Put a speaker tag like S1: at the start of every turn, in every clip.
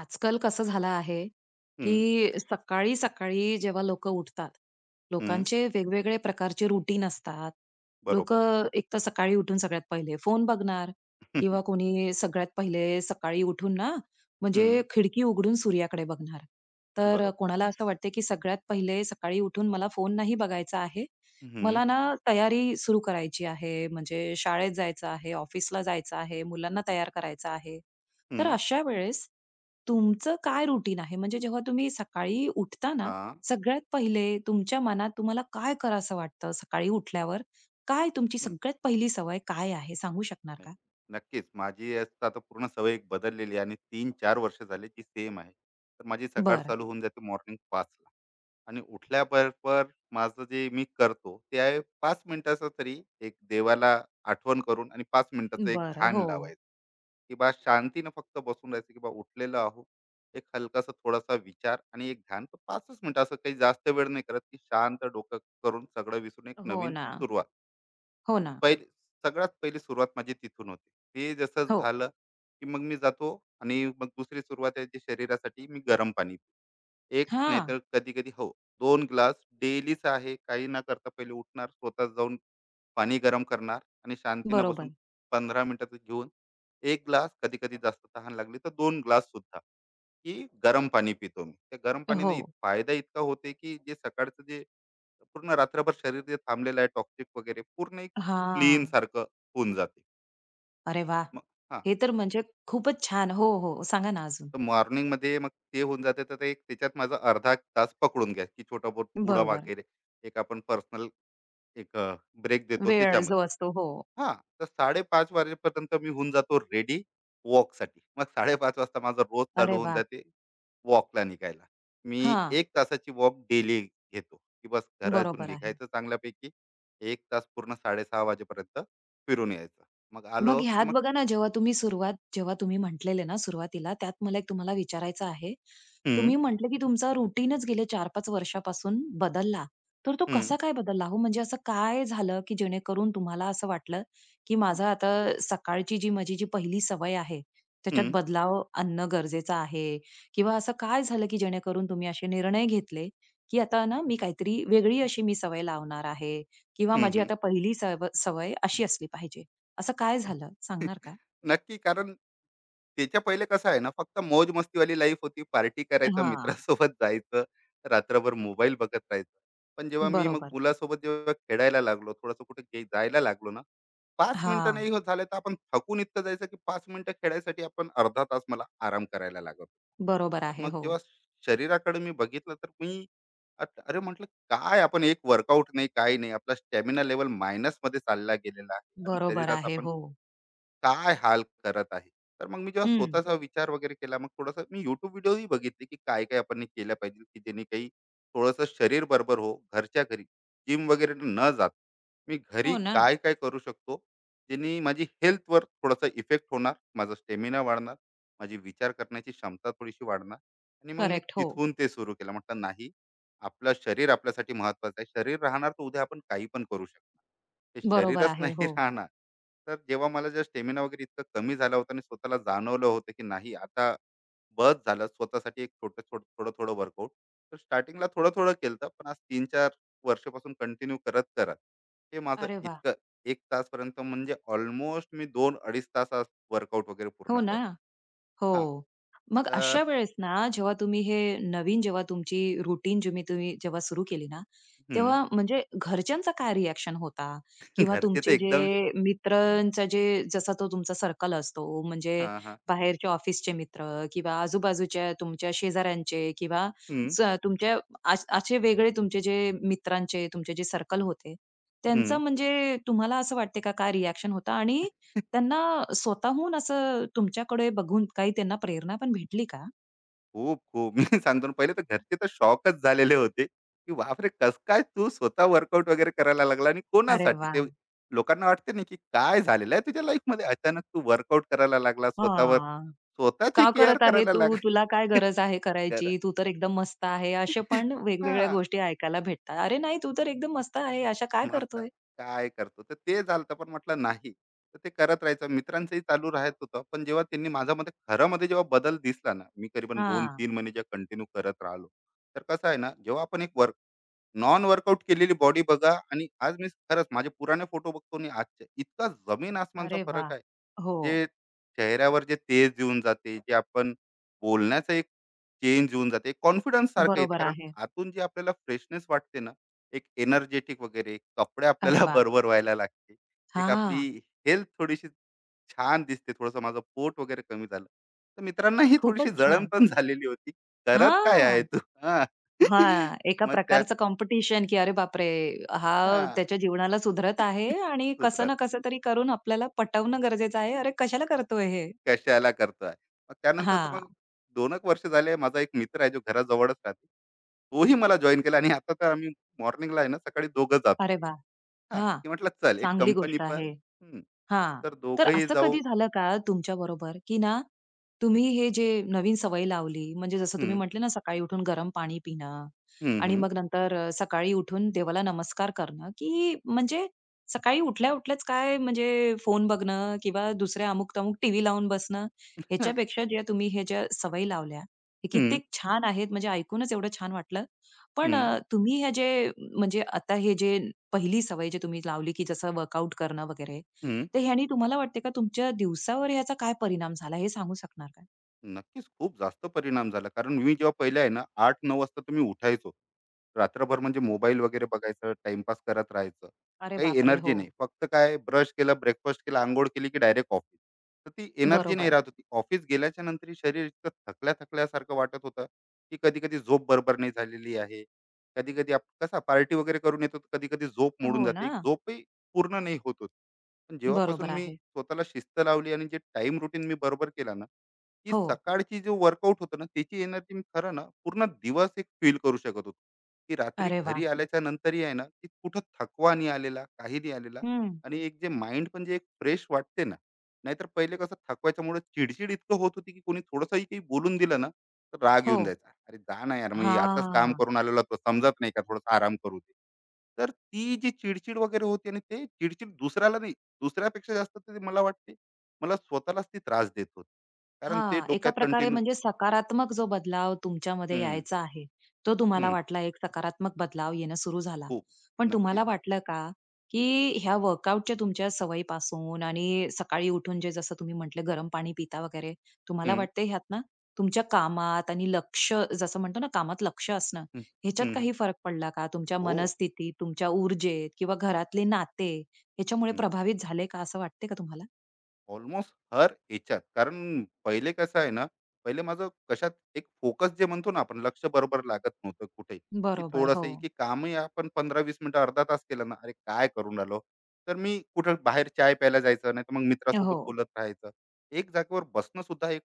S1: आजकाल कसं झालं आहे,
S2: हं,
S1: की सकाळी-सकाळी जेव्हा लोकं उठतात,
S2: हं,
S1: लोकांचे वेगवेगळे प्रकारचे रूटीन असतात.
S2: बरोबर.
S1: लोकं एक तर सकाळी उठून सगळ्यात पहिले फोन बघणार किंवा कोणी सगळ्यात पहिले सकाळी उठून ना,
S2: हं,
S1: म्हणजे खिडकी उघडून सूर्याकडे बघणार. तर
S2: बरोबर.
S1: कोणाला असं वाटते, की सगळ्यात पहिले सकाळी उठून मला फोन नाही बघायचा आहे.
S2: हं,
S1: मला ना तयारी सुरू करायची आहे, म्हणजे शाळेत जायचं आहे, ऑफिसला जायचं आहे, मुलांना तयार करायचं आहे.
S2: हं,
S1: तर अशा वेळेस तुमचं काय रुटीन आहे? म्हणजे जेव्हा तुम्ही सकाळी उठता ना,
S2: हां,
S1: सगळ्यात पहिले तुमच्या मनात तुम्हाला काय करावसं वाटतं सकाळी उठल्यावर? काय तुमची
S2: हं,
S1: सगळ्यात पहिली सवय काय आहे सांगू शकणार
S2: नाही.
S1: का?
S2: नक्कीच. माझी आता तर पूर्ण सवय एक बदललेली आहे आणि 3-4 वर्ष झाली ती सेम आहे. तर माझी सकाळ
S1: बरं,
S2: चालू होऊन जाते मॉर्निंग 5:00 ला आणि उठल्याबरोबर माझं जे मी करतो ते आहे 5 मिनिटाचं तरी एक देवाला आठवण करून आणि 5 मिनिटाचं एक
S1: बरं.
S2: ध्यान
S1: हो.
S2: लावायचं. की बा शांतीनं फक्त बसून राहायचं, की बा उठलेलं आहो. एक हलकासा थोडासा विचार आणि एक ध्यान, तर पाचच मिनिटं, असं काही जास्त वेळ नाही करत. की शांत डोकं करून सगळं विसरून एक
S1: हो
S2: नवीन
S1: ना.
S2: सुरुवात.
S1: हो ना.
S2: पहिली सगळ्यात पहिली सुरुवात माझी तिथून होती. ते जसं
S1: हो.
S2: झालं, की मग मी जातो आणि मग दुसरी सुरुवात आहे जी शरीरासाठी मी गरम पाणी एक,
S1: हां.
S2: नाहीतर कधी-कधी हो, दोन ग्लास डेलीच आहे. काही न करता पहिले उठणार, स्वतः जाऊन पाणी गरम करणार आणि शांतीनं बसून
S1: बरोबर.
S2: 15 मिनिटाचं घेऊन एक ग्लास, कधी-कधी जास्त तहान लागली तर दोन ग्लास सुद्धा, की गरम पाणी पितो मी. त्या गरम
S1: हो.
S2: पाणीने फायदा इतका होते, की जे सकाळचं जे पूर्ण रात्रभर शरीर जे थांबलेलं आहे, टॉक्सिक वगैरे पूर्ण एक क्लीन
S1: हां.
S2: सारखं होऊन जाते.
S1: अरे वाह!
S2: मग हां.
S1: हे तर म्हणजे खूपच छान. हो, हो. सांगा ना अजून?
S2: तर मॉर्निंगमध्ये मग ते होऊन जाते, तर ते एक त्याच्यात माझा अर्धा एक तास पकडून घ्या, की छोटा बहुत पुडा
S1: बरोबर.
S2: वगैरे एक आपण पर्सनल एक ब्रेक देतो
S1: वेळ जो
S2: त्याच्यामध्ये.
S1: असतो. हो.
S2: हां तर साडेपाच वाजेपर्यंत मी होऊन जातो रेडी वॉकसाठी. मग साडेपाच वाजता माझा रोज चालू
S1: अरे
S2: होऊन
S1: वाह!
S2: जाते वॉकला निघायला. मी
S1: हां.
S2: एक तासाची वॉक डेली घेतो, की बस घरातून
S1: बरोबर आहे.
S2: निघायचं चांगल्यापैकी एक तास पूर्ण साडेसहा वाजेपर्यंत फिरून यायचं. मग
S1: मग
S2: आलो की
S1: ह्यात
S2: मग
S1: बघा ना, जेव्हा तुम्ही म्हटलेले ना सुरुवातीला, त्यात मला एक तुम्हाला विचारायचं आहे.
S2: हम्म
S1: तुम्ही म्हटले की तुमचा रुटीनच गेले 4-5 वर्षापासून बदलला. तर तो
S2: हम्म
S1: कसा काय बदलला हो? म्हणजे असं काय झालं, की जेणेकरून तुम्हाला असं वाटलं, की
S2: हम्म
S1: माझं आता सकाळची जी माझी पहिली सवय आहे, त्याच्यात
S2: हम्म
S1: बदलाव आणणं गरजेचं आहे? किंवा असं काय झालं, की जेणेकरून तुम्ही असे निर्णय घेतले, की आता ना मी काहीतरी वेगळी अशी सवय लावणार आहे किंवा माझी
S2: हम्म
S1: आता पहिली सवय अशी असली पाहिजे? असं काय झालं सांगणार का?
S2: नक्की. कारण त्याच्या पहिले कसं आहे ना, फक्त मौज-मस्तीवाली लाईफ होती. पार्टी करायचं,
S1: हां.
S2: मित्रांसोबत जायचं, रात्रभर मोबाईल बघत राहायचं. पण जेव्हा मी मग
S1: बरोबर.
S2: मुलासोबत जेव्हा खेळायला लागलो, थोडंसं कुठे जायला लागलो ना, 5 मिनिटं
S1: हां,
S2: नाही होत झाले, तर आपण थकून इतकं जायचं, की 5 मिनिटं खेळायसाठी आपण अर्धा तास मला आराम करायला लागत होता.
S1: बरोबर
S2: तर
S1: आहे.
S2: मग
S1: हो.
S2: जेव्हा शरीराकडे मी बघितलं, तर मी अरे म्हटलं, "काय आपण एक वर्कआउट नाही, काही नाही. आपला स्टॅमिना लेव्हल मायनसमध्ये चालला गेलेला आहे आणि
S1: बरोबर
S2: शरीरास
S1: आहे.
S2: आपण
S1: हो.
S2: काय हाल करत आहे." तर मग मी जेव्हा
S1: हं.
S2: स्वतःचा विचार वगैरे केला, मग थोडासा मी युट्यूब व्हिडिओही बघितले, की काय काय आपण केल्या पाहिजे, की जेणे काही थोडंसं शरीर बरोबर हो. घरच्या घरी जिम वगैरे न जात मी घरी
S1: हो ना.
S2: काय काय करू शकतो ज्यांनी माझी हेल्थवर थोडासा इफेक्ट होणार, माझा स्टेमिना वाढणार, माझी विचार करण्याची क्षमता थोडीशी वाढणार. आणि मग मी
S1: करेक्ट. हो.
S2: तिथून ते सुरू केलं. म्हटलं, नाही, आपलं शरीर आपल्यासाठी महत्वाचं आहे. शरीर राहणार तर उद्या आपण काही पण करू शकतो. ते
S1: बरोबर
S2: शरीरच
S1: आहे.
S2: नाही
S1: हो.
S2: राहणार. तर जेव्हा मला जर स्टॅमिना वगैरे इतकं कमी झाला होता आणि स्वतःला जाणवलं होतं, की नाही आता बस झालं. स्वतःसाठी एक छोटं छोटं थोडं, थोडं-थोडं वर्कआउट. तर स्टार्टिंगला थोडं-थोडं केलं होतं, पण आज 3-4 वर्षापासून कंटिन्यू करत-करत हे माझं
S1: अरे वा,
S2: इतकं 1 तासपर्यंत, म्हणजे ऑलमोस्ट मी 2-2.5 तासात वर्कआउट वगैरे पूर्ण
S1: हो ना.
S2: करतो.
S1: हो.
S2: हां.
S1: मग
S2: तर
S1: अशा वेळेस ना, जेव्हा तुमची रुटीन तुम्ही तुम्ही जेव्हा सुरू केली ना,
S2: हं.
S1: तेव्हा म्हणजे घरच्यांचा काय रिएक्शन होता? किंवा
S2: घरचे तर
S1: तुमचे
S2: एकदम
S1: जे
S2: हं.
S1: मित्रांचा जे जसा तो तुमचा सर्कल असतो, म्हणजे
S2: हां, हां.
S1: बाहेरच्या ऑफिसचे मित्र किंवा आजूबाजूच्या तुमच्या शेजाऱ्यांचे किंवा
S2: हं,
S1: तुमच्या असे वेगळे तुमचे जे सर्कल होते, त्यांचं म्हणजे तुम्हाला असं वाटते का, काय रिएक्शन होतं? आणि त्यांना स्वतःहून असं तुमच्याकडे बघून काही त्यांना प्रेरणा पण भेटली का?
S2: खूप खूप. मी सांगतो ना, पहिले तर घरचे तर शॉकच झालेले होते, की बापरे, कस काय तू स्वतः वर्कआउट वगैरे करायला लागला आणि
S1: अरे
S2: कोणासाठी
S1: वाह!
S2: ते. लोकांना वाटते ना, की काय झालेलं आहे तुझ्या लाईफ मध्ये अचानक तू वर्कआउट करायला लागला, स्वतःवर
S1: हां.
S2: स्वतःची
S1: "का
S2: केअर
S1: करत आहे
S2: करायला
S1: तू? तुला काय
S2: लागला.
S1: गरज आहे करायची?
S2: तर
S1: तू तर एकदम मस्त आहे." अशा पण
S2: हा,
S1: वेगवेगळ्या गोष्टी ऐकायला भेटतात. "अरे नाही, तू तर एकदम मस्त आहे. अशा काय
S2: मस्त
S1: करतोय?"
S2: आहे. काय करतो? तर ते झालं होतं, पण म्हटलं नाही. तर ते करत राहायचं. मित्रांचंही चालू राहत होतं. पण जेव्हा त्यांनी माझ्यामध्ये खऱ्यामध्ये जेव्हा बदल दिसला ना, मी करीबन दोन
S1: हां.
S2: तीन महिने जेव्हा कंटिन्यू करत राहिलो. तर कसं आहे ना, जेव्हा आपण एक नॉन वर्कआउट केलेली बॉडी बघा, आणि आज मी खरंच माझे पुराने फोटो बघतो आणि आजचे, इतका जमीन आसमानचा
S1: अरे वाह!
S2: फरक आहे.
S1: हो.
S2: जे चेहऱ्यावर जे तेज येऊन जाते, जे आपण बोलण्याचा एक चेंज येऊन जाते, कॉन्फिडन्स सारखं येते.
S1: बरोबर
S2: कारण
S1: आहे.
S2: आतून जी आपल्याला फ्रेशनेस वाटते ना, एक एनर्जेटिक वगैरे कपडे
S1: अरे
S2: आपल्याला
S1: वाह!
S2: बरोबर व्हायला लागते. एक
S1: हां.
S2: आपली हेल्थ थोडीशी छान दिसते. थोडंसं माझं पोट वगैरे कमी झालं. तर मित्रांना ही थोडीशी
S1: खूपच
S2: जळण
S1: छान.
S2: पण झालेली होती. "करत काय
S1: हां.
S2: आहे तू?" हां.
S1: हां, एका
S2: मग त्या
S1: प्रकारचं कॉम्पिटिशन, की अरे बापरे! हा
S2: हां.
S1: त्याच्या जीवनाला सुधरत आहे आणि कसं ना
S2: सुधरत.
S1: कसं तरी करून आपल्याला पटवणं गरजेचं आहे. अरे, कशाला करतोय हे?
S2: कशाला करतोय? मग त्यानंतर तर
S1: हां.
S2: मग 2 एक वर्ष झाले. माझा एक मित्र आहे जो घराजवळच राहते. तोही मला जॉइन केला आणि आता तर आम्ही मॉर्निंगला आहे ना, सकाळी दोघं जातो.
S1: अरे वाह!
S2: हां,
S1: हां,
S2: की म्हटलं चल, एक
S1: चांगली
S2: कंपनी
S1: गोष्ट
S2: पण.
S1: आहे.
S2: हं.
S1: हां.
S2: तर
S1: तर
S2: दोघंही
S1: असं
S2: जाऊ.
S1: कधी झालं का तुमच्याबरोबर, की ना तुम्ही हे जे नवीन सवय लावली, म्हणजे जसं तुम्ही
S2: हं,
S1: म्हटले ना सकाळी उठून गरम पाणी पिणं
S2: हं,
S1: आणि
S2: हं,
S1: मग नंतर सकाळी उठून देवाला नमस्कार करणं, की म्हणजे सकाळी उठल्या-उठल्याच काय म्हणजे फोन बघणं किंवा दुसऱ्या अमुक-तमुक टीव्ही लावून बसणं,
S2: हं,
S1: ह्याच्यापेक्षा ज्या सवयी लावल्या, हे
S2: हं,
S1: कित्येक छान आहेत. म्हणजे ऐकूनच एवढं छान वाटलं. पण
S2: हं,
S1: तुम्ही हे जे म्हणजे आता हे जे पहिली सवय जी तुम्ही लावली, की जसं वर्कआउट करणं वगैरे,
S2: हं.
S1: तर ह्यानी तुम्हाला वाटते का तुमच्या दिवसावर ह्याचा काय परिणाम झाला हे सांगू शकणार का?
S2: नक्कीच खूप जास्त परिणाम झाला. कारण मी जेव्हा पहिले आहे ना 8-9 वाजता तर उठायचो. रात्रभर म्हणजे मोबाईल वगैरे बघायचं, टाईमपास करत राहायचं.
S1: अरे
S2: काही
S1: बापरे!
S2: एनर्जी
S1: हो.
S2: नाही. फक्त काय, ब्रश केला, ब्रेकफास्ट केला, अंघोळ केली, की डायरेक्ट ऑफिस. तर ती एनर्जी नाही
S1: बरोबर.
S2: राहत होती. ऑफिस गेल्याच्या नंतरही शरीर इतकं थकल्या-थकल्यासारखं वाटत होतं, की कधी-कधी झोप बरोबर नाही झालेली आहे. कधी-कधी आप कसा पार्टी वगैरे करून येतो, कधी-कधी झोप मोडून
S1: हो
S2: जाते.
S1: ना?
S2: एक झोपही पूर्ण नाही होत होती. पण
S1: बरोबर
S2: जेव्हापासून मी
S1: आहे.
S2: स्वतःला शिस्त लावली आणि जे टाईम रुटीन मी बरोबर केला ना, की
S1: हो.
S2: सकाळची जे वर्कआउट होतं ना, त्याची एनर्जी मी खरं ना पूर्ण दिवस एक फील करू शकत होतो. की रात्री
S1: अरे वाह!
S2: घरी आल्याच्या नंतरही आहे ना, की कुठं थकवा नाही आलेला, काही नाही आलेला.
S1: हं.
S2: आणि एक जे माइंड पण जे एक फ्रेश वाटते ना. नाहीतर पहिले कसं थकवायच्यामुळे चिडचिड इतकं होत होती, की कोणी थोडंसंही काही बोलून दिलं ना, तर राग
S1: हो.
S2: येऊन जायचा. अरे जा ना यार, मी आताच काम
S1: हां.
S2: करून आलेलो, तो समजत नाही का, थोडासा आराम करू दे. तर ती जी चिडचिड वगैरे होती, आणि ते चिडचिड दुसऱ्याला नाही, दुसऱ्यापेक्षा जास्त ते मला वाटते, मला स्वतःलाच ती त्रास देत होती, कारण ते
S1: हां, एका
S2: डोक्यात
S1: प्रकारे
S2: कंटिन्यू.
S1: म्हणजे सकारात्मक जो बदलाव तुमच्यामध्ये यायचा आहे, तो तुम्हाला वाटला एक सकारात्मक बदलाव येणं सुरू झाला.
S2: खूप.
S1: पण
S2: नक्कीच.
S1: तुम्हाला वाटलं का, की ह्या वर्कआउटच्या तुमच्या सवयीपासून आणि सकाळी उठून जे जसं तुम्ही म्हटले गरम पाणी पिता वगैरे, तुम्हाला
S2: हम्म,
S1: वाटतंय ह्यातनं तुमच्या कामात आणि लक्ष जसं म्हणतो ना कामात लक्ष असणं,
S2: हम्म,
S1: ह्याच्यात
S2: हम्म, हम्म.
S1: काही फरक पडला का? तुमच्या
S2: हो.
S1: मनस्थितीत, तुमच्या ऊर्जेत किंवा घरातले नाते ह्याच्यामुळे प्रभावित झाले का असं वाटते का तुम्हाला?
S2: ऑलमोस्ट हर याच्यात. कारण पहिले कसं आहे ना, पहिले माझं कशात एक फोकस, जे म्हणतो ना आपण लक्ष, बरोबर लागत नव्हतं कुठे. की
S1: बरोबर.
S2: थोडंसं
S1: हो.
S2: आहे, की कामही आपण 15-20 मिनिटं अर्धा तास केलं ना, अरे काय करून राहिलो. तर मी कुठं बाहेर चाय प्यायला जायचं, नाही तर मग मित्रासोबत
S1: हो.
S2: बोलत राहायचं. एक जागेवर बसणं सुद्धा एक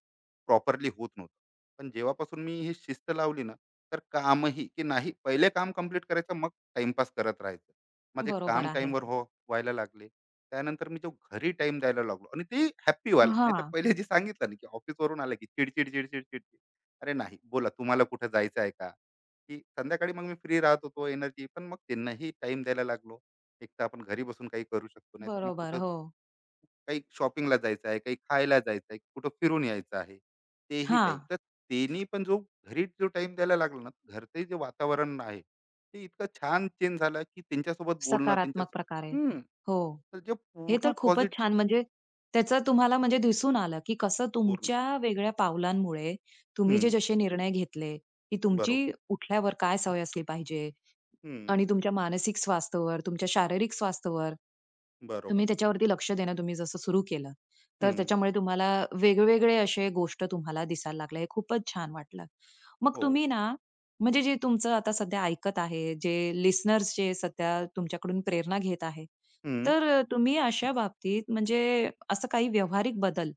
S2: प्रॉपरली होत नव्हतं. पण जेव्हापासून मी ही शिस्त लावली ना, तर कामही की नाही, पहिले काम कम्प्लीट करायचं, मग टाइमपास करत राहायचं. माझे
S1: बरोबर
S2: काम
S1: आहे.
S2: टाइमवर हो व्हायला लागले. त्यानंतर मी जो घरी टाइम द्यायला लागलो आणि ते हॅप्पी व्हायला. नाहीतर
S1: हां,
S2: पहिले जे सांगितलं ना, की ऑफिसवरून आलं की चिडचिड चिडचिड चिडचिड. अरे नाही, बोला तुम्हाला कुठं जायचं आहे का, की संध्याकाळी मग मी फ्री राहत होतो, एनर्जी पण. मग त्यांनाही टाइम द्यायला लागलो. एक तर आपण घरी बसून काही करू शकतो, नाहीतर मग
S1: बरोबर.
S2: कुठं
S1: हो.
S2: काही शॉपिंगला जायचं आहे, काही खायला जायचं आहे, कुठं फिरून यायचं आहे. तेही
S1: हां,
S2: टाइम तर त्यांनी पण जो घरी जो टाइम द्यायला लागला ना, घरचे जे वातावरण आहे ते इतकं छान चेंज झालं, की त्यांच्यासोबत बोलणं, त्यांच्या
S1: सकारात्मक प्रकारे.
S2: हम्म तर
S1: हो.
S2: जे
S1: हे
S2: पूर्ण
S1: तर खूपच
S2: पॉझिटिव्ह.
S1: छान म्हणजे त्याचं तुम्हाला म्हणजे दिसून आलं, की कसं
S2: पूर्ण.
S1: तुमच्या वेगळ्या पावलांमुळे तुम्ही जे
S2: हं.
S1: जसे निर्णय घेतले, की तुमची
S2: बरोबर.
S1: उठल्यावर काय सवय असली पाहिजे
S2: हं.
S1: आणि तुमच्या मानसिक स्वास्थ्यावर, तुमच्या शारीरिक स्वास्थ्यावर,
S2: बरोबर.
S1: तुम्ही त्याच्यावरती लक्ष देणं तुम्ही जसं सुरू केलं, तर
S2: हं.
S1: त्याच्यामुळे तुम्हाला वेगवेगळे असे गोष्ट तुम्हाला दिसायला लागल्या. हे खूपच छान वाटलं. मग
S2: हो.
S1: तुम्ही ना, म्हणजे जे तुमचं आता सध्या ऐकत आहे, जे लिसनर्स जे सध्या तुमच्याकडून प्रेरणा घेत आहे,
S2: हं.
S1: तर तुम्ही अशा बाबतीत म्हणजे असं काही व्यावहारिक बदल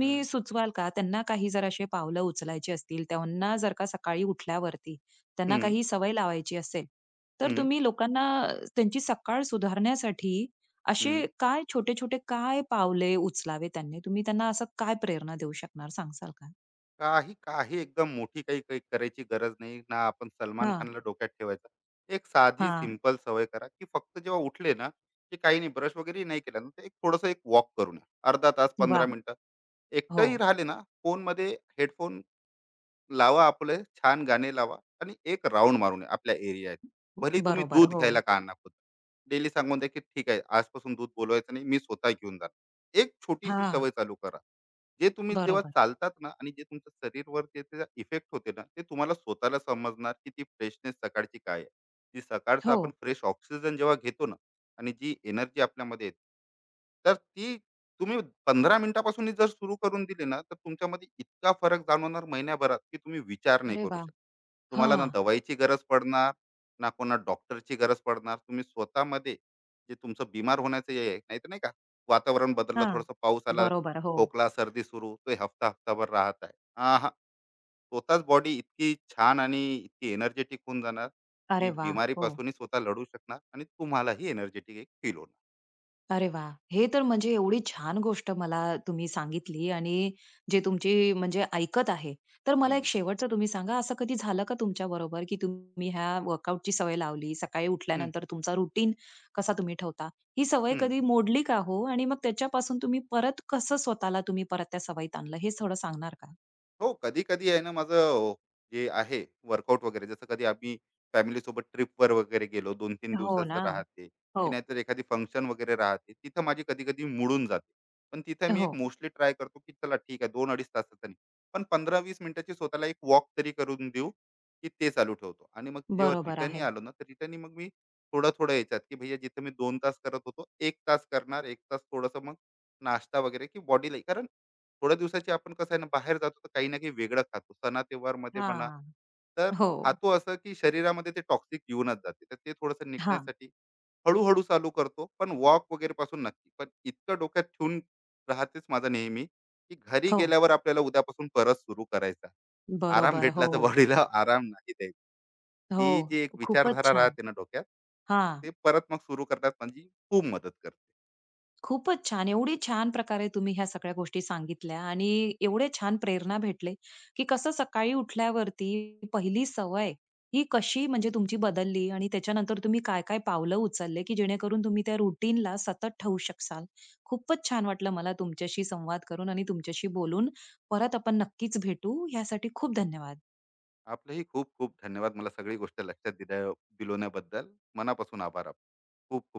S2: हं.
S1: सुचवाल का? त्यांना काही जर असे पावलं उचलायची असतील, त्यांना जर का सकाळी उठल्यावरती त्यांना
S2: हं.
S1: काही सवय लावायची असेल, तर
S2: हं.
S1: तुम्ही लोकांना त्यांची सकाळ सुधारण्यासाठी
S2: हं.
S1: असे काय छोटे-छोटे काय पावले उचलावे त्यांनी? तुम्ही त्यांना असं काय प्रेरणा देऊ शकणार सांगाल का?
S2: काही काही एकदम मोठी काही काही करायची गरज नाही ना. आपण सलमान
S1: हां,
S2: खानला डोक्यात ठेवायचं. एक साधी
S1: हां.
S2: सिंपल सवय करा, की फक्त जेव्हा उठले ना, की काही नाही, ब्रश वगैरे नाही केला ना, तर एक थोडंसं एक वॉक करून या. अर्धा तास, 15
S1: वाह!
S2: मिनिटं.
S1: हो.
S2: एकटंही राहिले ना, फोनमध्ये हेडफोन लावा आपले, छान गाणे लावा आणि एक राउंड मारून या आपल्या एरियात. भलेही तुम्ही
S1: बरोबर.
S2: दूध
S1: हो.
S2: घ्यायला का ना, डेली सांगून द्या की ठीक आहे, आजपासून दूध बोलवायचं नाही, मी स्वतः घेऊन जाणार. एक छोटीशी
S1: हां.
S2: सवय चालू करा. जे तुम्ही जेव्हा
S1: बरोबर.
S2: चालतात ना आणि जे तुमच्या शरीरवर जे त्याचा इफेक्ट होते ना, ते तुम्हाला स्वतःला समजणार, की ती फ्रेशनेस सकाळची काय आहे. जी सकाळचं
S1: हो.
S2: आपण फ्रेश ऑक्सिजन जेव्हा घेतो ना, आणि जी एनर्जी आपल्यामध्ये येते, तर ती तुम्ही 15 मिनिटापासून जर सुरू करून दिली ना, तर तुमच्यामध्ये इतका फरक जाणवणार महिन्याभरात, की तुम्ही विचार नाही
S1: अरे
S2: करू
S1: वाह!
S2: शकत. तुम्हाला ना
S1: हां.
S2: दवाईची गरज पडणार, ना कोणा डॉक्टरची गरज पडणार. तुम्ही स्वतःमध्ये जे तुमचं बिमार होण्याचं हे आहे, नाही तर नाही का, वातावरण बदललं,
S1: हां.
S2: थोडंसं पाऊस आला,
S1: बरोबर. हो.
S2: खोकला सर्दी सुरू, तो हे हफ्ता हफ्ताभर राहत आहे. हा हा. स्वतःच बॉडी इतकी छान आणि इतकी एनर्जेटिक होऊन जाणार, की
S1: अरे वाह! हो.
S2: बिमारीपासूनही स्वतः लढू शकणार आणि तुम्हालाही एनर्जेटिक एक फील होणार.
S1: अरे वा, हे तर म्हणजे एवढी छान गोष्ट मला तुम्ही सांगितली आणि जे तुमची म्हणजे ऐकत आहे. तर मला एक
S2: हम्म,
S1: शेवटचं तुम्ही सांगा, असं कधी झालं का तुमच्या बरोबर की तुम्ही ह्या वर्कआउटची सवय लावली, सकाळी
S2: हम्म,
S1: उठल्यानंतर तुमचा रुटीन कसा तुम्ही ठेवता? ही सवय
S2: हम्म.
S1: कधी मोडली का हो? आणि मग त्याच्यापासून तुम्ही परत कसं स्वतःला तुम्ही परत त्या सवयीत आणलं, हे थोडं सांगणार का?
S2: हो, कधी-कधी आहे ना माझं जे आहे वर्कआउट वगैरे, जसं कधी आम्ही फॅमिलीसोबत ट्रिपवर वगैरे गेलो, 2-3
S1: हो
S2: दिवसाचं
S1: ना.
S2: राहते,
S1: हो,
S2: की नाहीतर एखादी फंक्शन वगैरे राहते. तिथं माझी कधी-कधी मुडून जाते. पण तिथं मी एक
S1: हो.
S2: मोस्टली ट्राय करतो, की चला ठीक आहे, 2-2.5 तासाचं नाही, पण 15-20 मिनिटाची स्वतःला एक वॉक तरी करून देऊ, की ते चालू ठेवतो. आणि मग जेव्हा
S1: बरोबर
S2: रिटर्नी
S1: आहे.
S2: आलो ना, तर रिटर्नी मग मी थोडं-थोडं याच्यात, की भैया जिथं मी 2 तास करत होतो, 1 तास करणार, 1 तास थोडंसं मग नाश्ता वगैरे, की बॉडीला, कारण थोड्या दिवसाची आपण कसं आहे ना, बाहेर जातो तर काही ना काही वेगळं खातो, सणा त्योहारमध्ये म्हणा,
S1: हां.
S2: तर
S1: हो.
S2: खातो असं की शरीरामध्ये ते टॉक्सिक येऊनच जाते. तर ते थोडंसं
S1: हां.
S2: निघण्यासाठी हळूहळू चालू करतो, पण वॉक वगैरे पासून नक्की. पण इतकं डोक्यात ठेवून राहतेच माझा नेहमी, की घरी
S1: हो.
S2: गेल्यावर आपल्याला उद्यापासून परत सुरू करायचा. आराम
S1: बरोबर.
S2: भेटला,
S1: हो.
S2: तर बॉडीला आराम नाही द्यायचा.
S1: हो.
S2: ती जी एक
S1: खूपच
S2: विचारधारा
S1: छान.
S2: राहते ना डोक्यात,
S1: हां.
S2: ते परत मग सुरू करण्यात माझी खूप मदत करते.
S1: खूपच छान. एवढी छान प्रकारे तुम्ही ह्या सगळ्या गोष्टी सांगितल्या आणि एवढे छान प्रेरणा भेटले, की कसं सकाळी उठल्यावरती पहिली सवय ही कशी म्हणजे तुमची बदलली आणि त्याच्यानंतर तुम्ही काय-काय पावलं उचलले, की जेणेकरून तुम्ही त्या रूटीनला सतत ठेवू शकाल. खूपच छान वाटलं मला तुमच्याशी संवाद करून आणि तुमच्याशी बोलून. परत आपण नक्कीच भेटू. यासाठी खूप धन्यवाद.
S2: आपलंही खूप खूप धन्यवाद, मला सगळी गोष्ट लक्षात दिल्या दिलवण्याबद्दल. मनापासून आभार. खूप खूप.